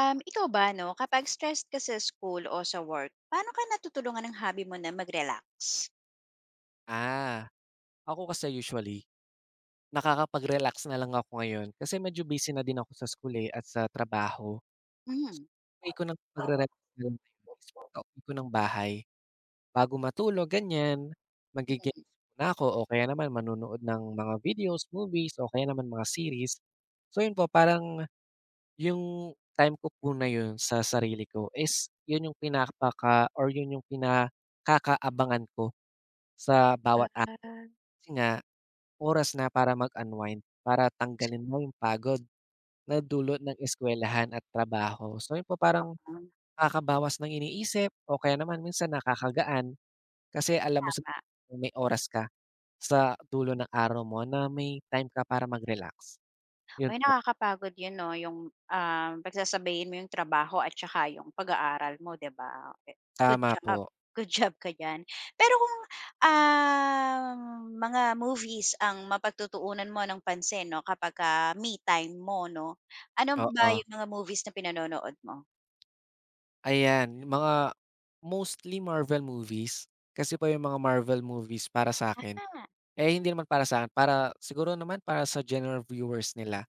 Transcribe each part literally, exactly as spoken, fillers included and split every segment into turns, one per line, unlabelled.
Um, ikaw ba, no, kapag stressed ka sa school o sa work, paano ka natutulungan ng hobby mo na mag-relax?
Ah, ako kasi usually, nakakapag-relax na lang ako ngayon kasi medyo busy na din ako sa school, eh, at sa trabaho. So,
Hmm,
way ko ng pagre-relax na lang ngayon is pagka-uwi ko ng bahay, bago matulog ganyan, magge-games
mm.
muna ako o kaya naman manonood ng mga videos, movies o kaya naman mga series. So yun po, parang yung time ko po na yun sa sarili ko is yun yung pinapaka or yun yung pinakakaabangan ko sa
Ah.
bawat araw. Kasi nga, oras na para mag-unwind, para tanggalin mo yung pagod na dulot ng eskuwelahan at trabaho. So yun po parang
Hmm,
nakakabawas ng iniisip o kaya naman minsan nakakagaan kasi alam mo sa
tama.
may oras ka sa dulo ng araw mo na may time ka para mag-relax. Yun
Uy,
po.
nakakapagod yun, 'no, yung, um, pagsasabayin mo yung trabaho at saka yung pag-aaral mo, 'di ba? Eh, good
Tama
job,
po,
good job ka diyan. Pero kung, um, mga movies ang mapagtutuunan mo ng pansin, 'no, kapagka me time mo, 'no, ano ba
oo.
yung mga movies na pinanonood mo?
Ayan, yung mga mostly Marvel movies. Kasi po yung mga Marvel movies para sa akin.
Ah,
Eh, hindi naman para sa'kin, para siguro naman para sa general viewers nila.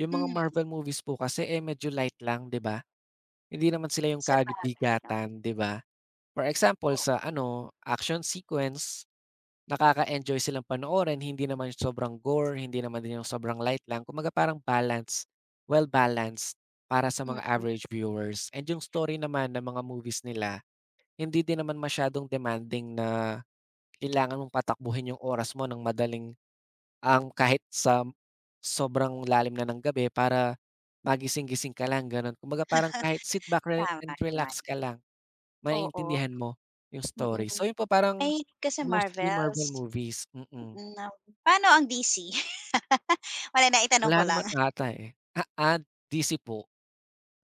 Yung mga
mm,
Marvel movies po kasi, eh, medyo light lang, 'di ba? Hindi naman sila yung
sa bagay 'no.
kabigatan, 'di ba? For example,
Oo,
sa ano, action sequence, nakaka-enjoy silang panoorin, hindi naman sobrang gore, hindi naman din yung sobrang light lang. Kumbaga parang balance, well-balanced para sa mga
mm,
average viewers. And yung story naman ng mga movies nila, hindi din naman masyadong demanding na kailangan mong patakbuhin yung oras mo ng madaling ang kahit sa sobrang lalim na ng gabi para magising-gising ka lang gano'n. Kumbaga parang kahit sit back re
tama
and
naman.
relax ka lang,
Oo,
maiintindihan mo yung story. So
mm.
yun po parang
Mahilig ka sa
mostly Marvel
Marvels?
movies, mm.
Mm. Nam paano ang D C? Wala, na, itanong
Wala
ko lang.
naman ata, eh. Ah, ah, D C po.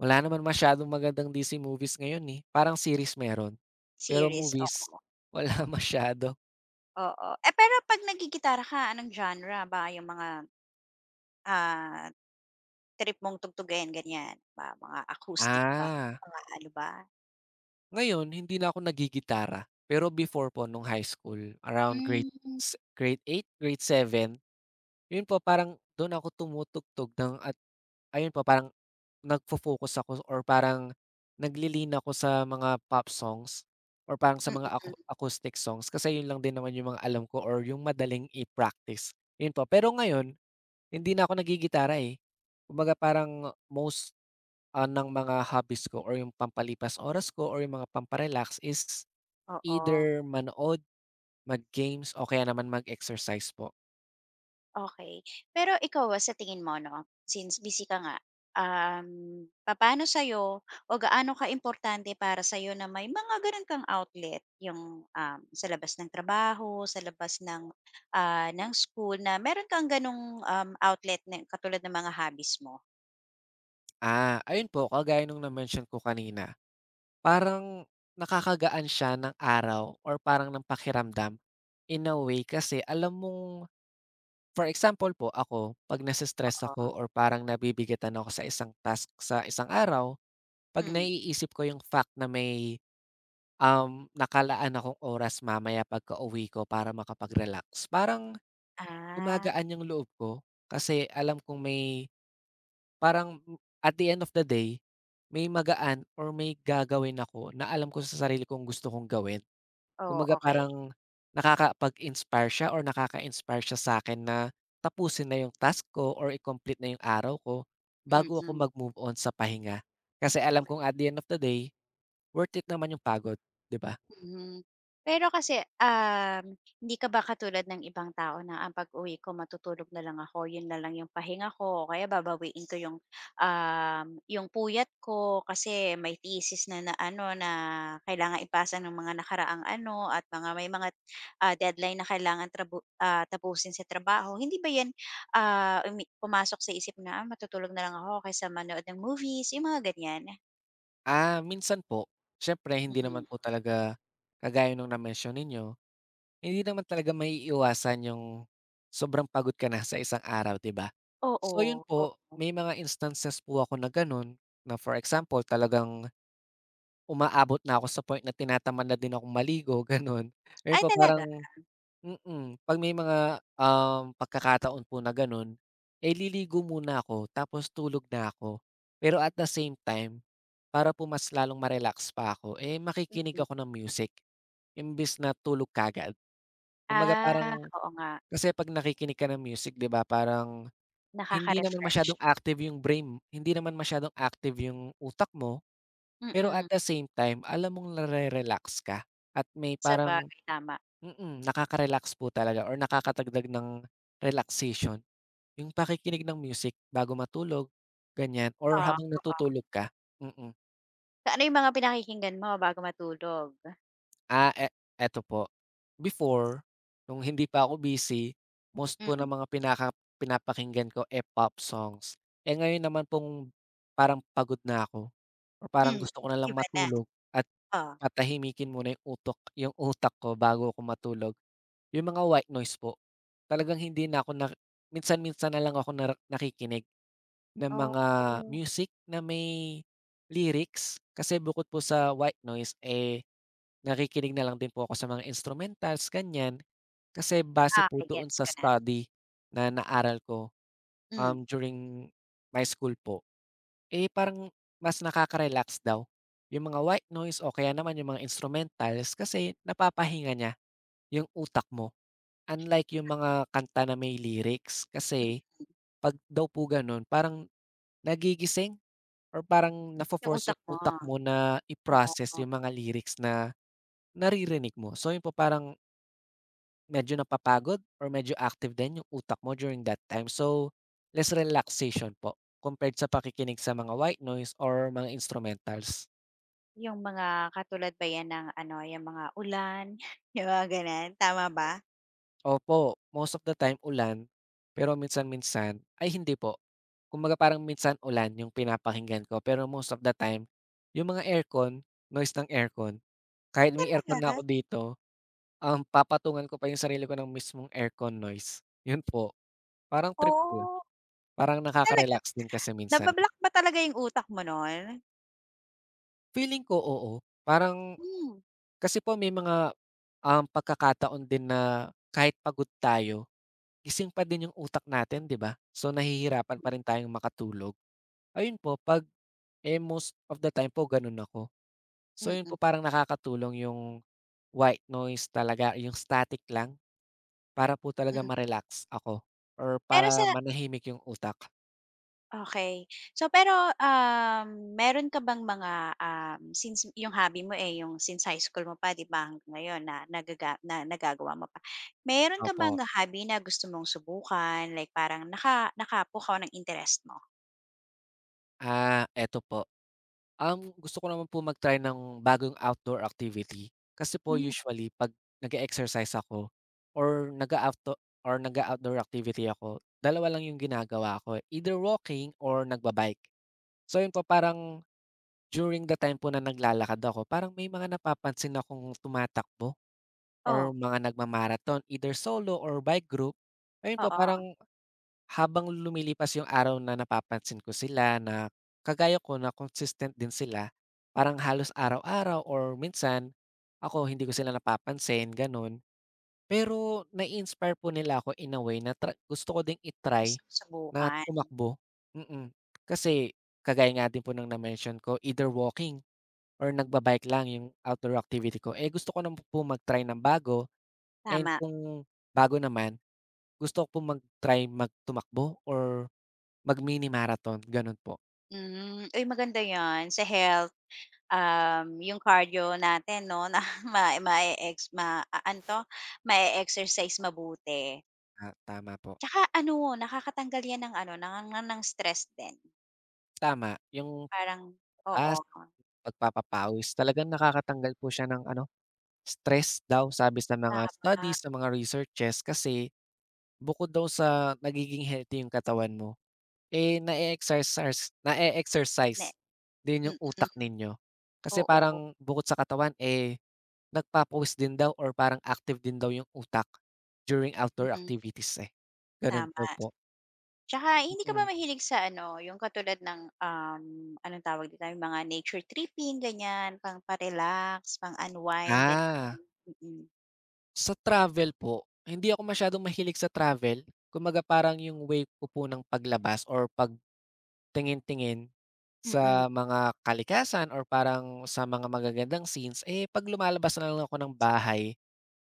Wala naman masyadong magandang D C movies ngayon, eh. Parang series meron, pero
Series,
movies
oo,
wala masyado.
oo. Eh, pero 'pag naggigitara ka, anong genre ba yung mga, ah, trip mong tugtugin, ganyan? Ba mga acoustic ba?
Ah.
Mga ano ba?
Ngayon hindi na ako nagigitara pero before po nung high school around grade
Hmm,
s grade eight grade seven yun po parang dun ako tumutugtog ng at ayun po parang nagfo-focus ako or parang naglilin ako sa mga pop songs or parang sa mga
mm,
acou acoustic songs kasi yun lang din naman yung mga alam ko or yung madaling i-practice, yun po. Pero ngayon hindi na ako naggigitara, eh. Kumbaga parang most, ah, ng mga hobbies ko or yung pampalipas oras ko or yung mga pampa is
oo.
Either manood, mag-games o kaya naman mag-exercise po.
Okay. Pero ikaw, ah, sa tingin mo 'no, since busy ka nga, um, paano sa'yo o gaano importante para sa'yo na may mga gano'n kang outlet, yung, um, sa labas ng trabaho, sa labas ng, ah, ng school na meron kang gano'ng, um, outlet na katulad ng mga hobbies mo?
Ah, ayun po kagaya nung na-mention ko kanina, parang nakakagaan siya ng araw or parang ng pakiramdam in a way kasi alam mong for example po ako, 'pag nase-stress
Oo.
ako or parang nabibigatan ako sa isang task sa isang araw. 'Pag
Hmm,
naiisip ko yung fact na may, um, nakalaan akong oras mamaya pagkauwi ko para makapag-relax, parang
ah,
gumagaan yung loob ko kasi alam kong may. Parang m- at the end of the day, may magaan or may gagawin ako na alam ko sa sarili kong gusto kong gawin.
oh,
Kumbaga
okey,
parang nakakapag-inspire siya or nakaka-inspire siya sa akin na tapusin na yung task ko or i-complete na yung araw ko bago ako
mm.
mag-move on sa pahinga. Kasi alam kong at the end of the day, worth it naman yung pagod, 'di ba?
Mhm. Pero kasi, um, hindi ka ba katulad ng ibang tao na, "Ah, pag-uwi ko matutulog na lang ako, yun na lang yung pahinga ko o kaya babawiin ko yung, um, yung puyat ko kasi may thesis na na ano, na kailangan ipasa ng mga nakaraang ano at mga may mga, ah, deadline na kailangan trabu ah, tapusin sa trabaho." Hindi ba yan, ah, umi pumasok sa isip na, "Ah, matutulog na lang ako kaysa manood ng movies," yung mga ganyan?
Ah, minsan po, syempre hindi naman
Hmm,
po talaga kagaya nung na-mention ninyo. Hindi naman talaga maiiwasan yung sobrang pagod ka na sa isang araw, 'di ba?
oo,
So yun
oo.
po, may mga instances po ako na gano'n, na for example talagang umaabot na ako sa point na tinatamad na din akong maligo, gano'n. Ayun
Ay
po
talaga?
parang mm, 'pag may mga, um, pagkakataon po na gano'n, eh, liligo muna ako tapos tulog na ako. Pero at the same time, para po mas lalong ma-relax pa ako, eh, makikinig
Mm.
ako ng music. Imbes na tulog kaagad. Kumbaga
Ah,
parang
oo nga,
kasi 'pag nakikinig ka ng music 'di ba parang hindi naman
nakaka-refresh.
masyadong active yung brain hindi naman masyadong active yung utak mo, pero at
Mm,
the same time alam mong nare-relax ka at may parang
sabagay tama,
mm, nakaka-relax po talaga or nakakadagdag ng relaxation yung pakikinig ng music bago matulog, ganyan or
oo,
habang
oo.
natutulog ka, mm.
So, ano yung mga pinakikinggan mo bago matulog?
Ah, e eto po, before nung hindi pa ako busy, most po ng
Hmm.
mga pinaka pinapakinggan ko, eh, pop songs. Eh, ngayon naman pong parang pagod na ako or parang
Hmm,
gusto ko na lang
iba na,
matulog at
oh.
patahimikin muna yung utok yung utak ko bago ako matulog, yung mga white noise po. Talagang hindi na ako nak minsan-minsan na lang ako nar nakikinig ng mga
Oh,
music na may lyrics kasi bukod po sa white noise, eh. Nakikinig na lang din po ako sa mga instrumentals, ganyan. Kasi base po
okey
doon
gets
sa
ko na.
study na naaral ko,
Hmm,
um, during my school po, eh, parang mas nakaka-relax daw yung mga white noise o kaya naman yung mga instrumentals kasi napapahinga niya yung utak mo. Unlike yung mga kanta na may lyrics kasi 'pag daw po gano'n parang nagigising or parang
yung
nafo-force
utak
yung
mo,
utak mo na i-process
oo.
yung mga lyrics na naririnig mo. So yun po parang medyo napapagod or medyo active din yung utak mo during that time. So, less relaxation po compared sa pakikinig sa mga white noise or mga instrumentals.
Yung mga katulad ba yan ng ano, yung mga ulan, Yung mga gano'n, tama ba?
Opo, most of the time ulan, pero minsan-minsan ay hindi po. Kumbaga parang minsan ulan yung pinapakinggan ko pero most of the time, yung mga aircon, noise ng aircon, kahit may aircon na ako
Talaga?
dito, um, papatungan ko pa yung sarili ko ng mismong aircon noise. Yun po, parang trip ko lang.
Oh,
Parang
talaga?
nakaka-relax din kasi minsan eh.
Naba-block ba talaga yung utak mo nun?
Feeling ko, oo. Parang
Hmm,
kasi po may mga, um, pagkakataon din na kahit pagod tayo, gising pa din yung utak natin, 'di ba? So, nahihirapan pa rin tayong makatulog. Ayun po, 'pag eh, most of the time po gano'n ako. So, yun
mm,
po parang nakakatulong yung white noise talaga, yung static lang para po talaga
mm.
ma-relax ako or
Pero
para
sa
manahimik yung utak.
Okay. So pero, um, meron ka bang mga, um, since yung hobby mo, eh, yung since high school mo pa 'di ba hanggang ngayon na nagaga na nagagawa mo pa. Meron ka bang
Opo.
hobby na gusto mong subukan like parang naka nakapukaw ng interest mo?
Ah, eto po. Um, gusto ko naman po mag-try ng bagong outdoor activity. Kasi po
Hmm.
usually 'pag nag exercise ako or nag a or nag outdoor activity ako, dalawa lang yung ginagawa ko, eh, either walking or nagba-bike. So yun po parang during the time po na naglalakad ako, parang may mga napapansin akong tumatakbo or
Oh,
mga nagma-marathon, either solo or bike group. Ayun po
oo,
parang habang lumilipas yung araw na napapansin ko sila na kagaya ko na consistent din sila, parang halos araw-araw or minsan ako hindi ko sila napapansin gano'n. Pero nai-inspire po nila ako in a way na tra gusto ko ding itry
gusto mong
na
subukan,
tumakbo, mm. Kasi kagaya nga din po ng na-mention ko either walking or nagba-bike lang yung outdoor activity ko, eh, gusto ko naman po mag-try ng bago and
tama.
kung bago naman gusto ko po mag-try mag or mag-mini marathon, gano'n po.
Hmm, uy maganda 'yan sa health, um, yung cardio natin 'no na ma ma ex ma a ano 'to, ma exercise mabuti.
Ah, tama po.
Tsaka ano, nakakatanggal 'yan ng ano, ng ng ng stress din.
Tama, yung
Parang oo,
labas, pagpapapawis, talagang nakakatanggal po siya ng ano, stress daw sabi sa mga
tama.
studies, sa mga researches kasi bukod daw sa nagiging healthy yung katawan mo, eh, na exercise na
Ne
exercise din yung
mm,
utak ninyo. Kasi
oo,
parang bukod sa katawan, eh, nagpapawis din daw or parang active din daw yung utak during outdoor
mm,
activities, eh. Gano'n
tama.
daw po.
Tsaka hindi ka ba
Mm.
mahilig sa ano, yung katulad ng, um, anong tawag dito, yung mga nature tripping, ganyan, pampa-relax, pang-unwind, ganyan?
Ah.
Mm, mm.
Sa travel po, hindi ako masyadong mahilig sa travel. Kumbaga parang yung way ko po ng paglabas or pagtingin-tingin
Mm.
sa mga kalikasan or parang sa mga magagandang scenes, eh, 'pag lumalabas na lang ako ng bahay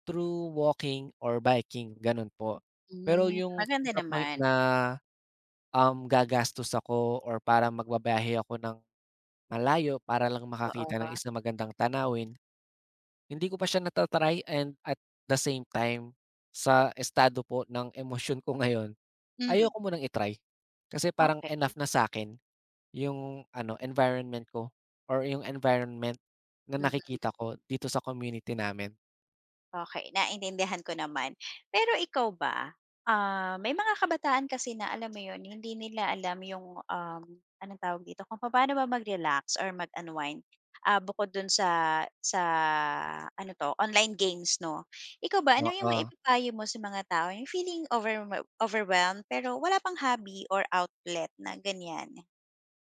through walking or biking, gano'n po. Pero
Hmm,
yung to
maganda
the point
naman,
na, um, gagastos ako or parang magbabiyahe ako ng malayo para lang makakita ng
oo.
isang magandang tanawin, hindi ko pa siya nata-try and at the same time, sa estado po ng emosyon ko ngayon,
Hmm,
ayoko munang i-try. Kasi parang enough
okey.
na sa akin yung ano, environment ko or yung environment na
Hmm.
nakikita ko dito sa community namin.
Okey, naintindihan ko naman. Pero ikaw ba, ah, may mga kabataan kasi na alam mo 'yun, hindi nila alam yung, um, anong tawag dito, kung paano ba mag-relax or mag-unwind, ah, bukod dun sa sa ano 'to, online games 'no. Ikaw ba, ano yung
Oo,
maipapayo mo sa mga tao yung feeling overwhe overwhelmed pero wala pang hobby or outlet na ganiyan?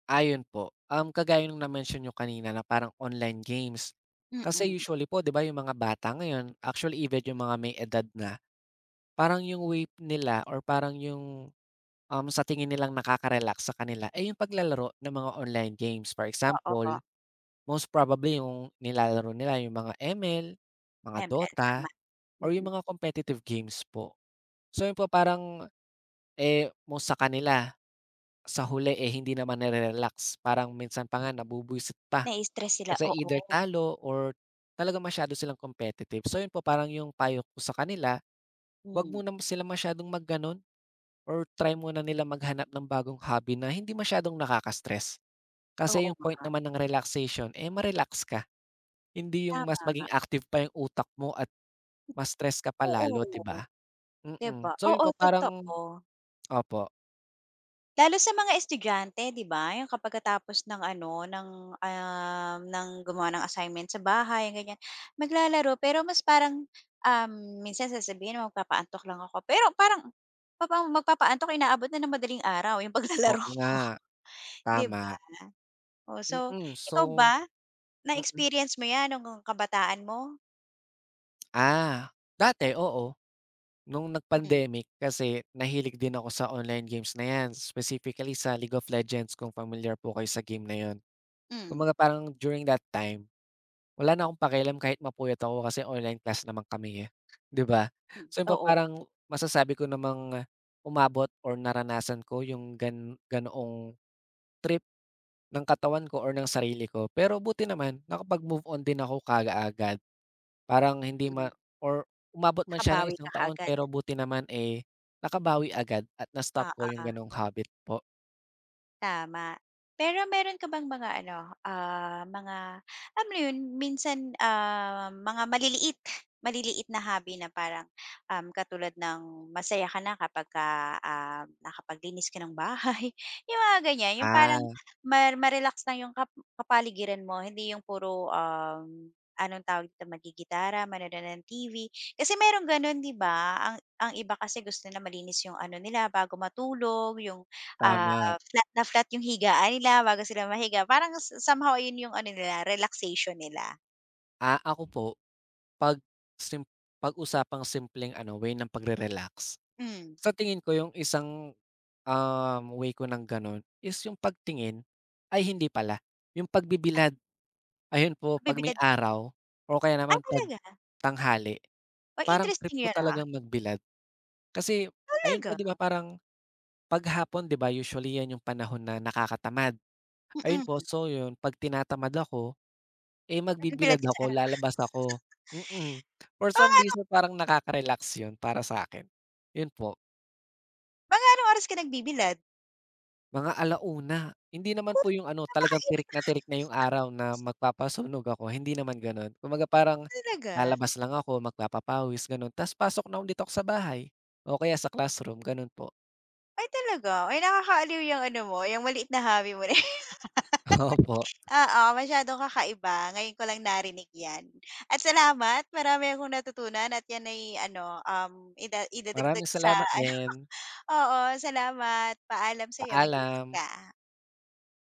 ayun po. Um, kagaya nung na-mention niyo kanina na parang online games. Kasi
Mm,
usually po 'di ba yung mga bata ngayon, actually even yung mga may edad na, parang yung way nila or parang yung Um, sa tingin nilang nakaka-relax sa kanila, eh, yung paglalaro ng mga online games. For
oo,
example, most probably yung nilalaro nila yung mga M L, mga
M l
Dota,
tama,
or yung
mm.
mga competitive games po. So yun po parang, eh, most sa kanila, sa huli, eh, hindi naman nare-relax. Parang minsan pa nga nabubuwisit pa
Na stress sila,
kasi
oo.
either talo or talaga masyado silang competitive. So yun po parang yung payo ko sa kanila, 'wag
Hmm,
muna sila masyadong magganon. Or try muna nila maghanap ng bagong hobby na hindi masyadong nakaka-stress.
oo
Kasi yung point
nga,
naman ng relaxation, eh, ma-relax ka. Hindi yung mas
tama.
maging active pa yung utak mo at mas stress ka pa
Oo.
lalo, 'di ba?
'Di
Mm.
ba?
So, yun
Oo,
po parang
totoo.
opo,
Lalo sa mga estudyante 'di ba, yung kapag katapos ng ano, ng, um, ng gumawa ng assignment sa bahay ganyan, maglalaro pero mas parang, um, minsan sasabihin na magpapaantok lang ako pero parang papa magpapaantok inaabot na ng madaling araw yung paglalaro
oo
mo,
nga,
'di
tama.
ba? Oh, so
Mm.
ikaw
So
ba,
mm.
na-experience mo 'yan nung kabataan mo?
Ah, dati oo. Nung
Hmm,
nag-pandemic kasi nahilig din ako sa online games na 'yan, specifically sa League of Legends kung familiar po kayo sa game na 'yun.
hmm,
Kumbaga parang during that time, wala na akong pakialam kahit mapuyat ako kasi online class naman kami, eh, 'di ba?
hmm.
So, yung pa
Oo,
parang masasabi ko namang umabot or naranasan ko yung gan ganoong trip ng katawan ko or ng sarili ko. Pero buti naman nakapag-move on din ako kaagad. Parang hindi
hmm.
ma or umabot man siya ng
Nakabawi ka
isang taon
kaagad,
pero buti naman, eh, nakabawi agad at na-stop ko yung
oo.
gano'ng habit po.
Tama. Pero meron ka bang mga ano, ah, mga alam mo yun minsan, ah, mga maliliit, maliliit na hobby na parang, um, katulad ng masaya ka na kapagka, ah, nakapaglinis ka ng bahay, yung mga ganyan. Yung
Ah,
parang mar ma-relax lang yung kap kapaligiran mo, hindi yung puro, um, anong tawag dito, maggigitara, manonood ng T V. Kasi merong gano'n, 'di ba? Ang ang iba kasi gusto na malinis yung ano nila bago matulog, yung. Ah,
tama.
flat na flat yung higaan nila bago sila mahiga parang so somehow yun yung ano nila relaxation nila.
Ah, ako po 'pag sim pag-usapang simpleng ano, way ng pagre-relax,
Hmm.
sa tingin ko yung isang, um, way ko ng gano'n is yung pagtingin ay hindi pala, yung
Ay
pagbibilad. Ayun po 'pag may
nagbibilad
araw o kaya
ah,
naman 'pag
talaga?
tanghali,
Uy
parang trip
interesting
ko
yun, ah.
talagang magbilad. Kasi ayun po
Talaga?
'di ba parang 'pag hapon 'di ba usually 'yan yung panahon na nakakatamad. Ayun po,
Mm.
so yun 'pag tinatamad ako, eh, magbibilad
Nagbibilad ka sa
ako,
araw?
lalabas ako, mm. For some
Mga ano,
reason parang nakaka-relax yun para sa'kin. Yun po,
mga anong oras ka nagbibilad?
mga alauna hindi
Hu
naman po yung ano talagang tirik
napakainit
na tirik na yung
ah.
araw na magpapasunog ako, hindi naman gano'n. Kumbaga parang
Talaga?
lalabas lang ako, magpapapawis gano'n, ta's pasok na ulit ako sa bahay o kaya sa classroom, gano'n po.
Ay talaga? Ay nakakaaliw yung ano mo, yung maliit na hobby mo na.
Opo,
Oo, masyadong kakaiba. Ngayon ko lang narinig 'yan. At salamat, marami akong natutunan at 'yan ay ano, um, ida idadagdag
maraming
sa
salamat
ano,
din.
oo, salamat. Paalam sa'yo, mag-ingat
Paalam.
ka.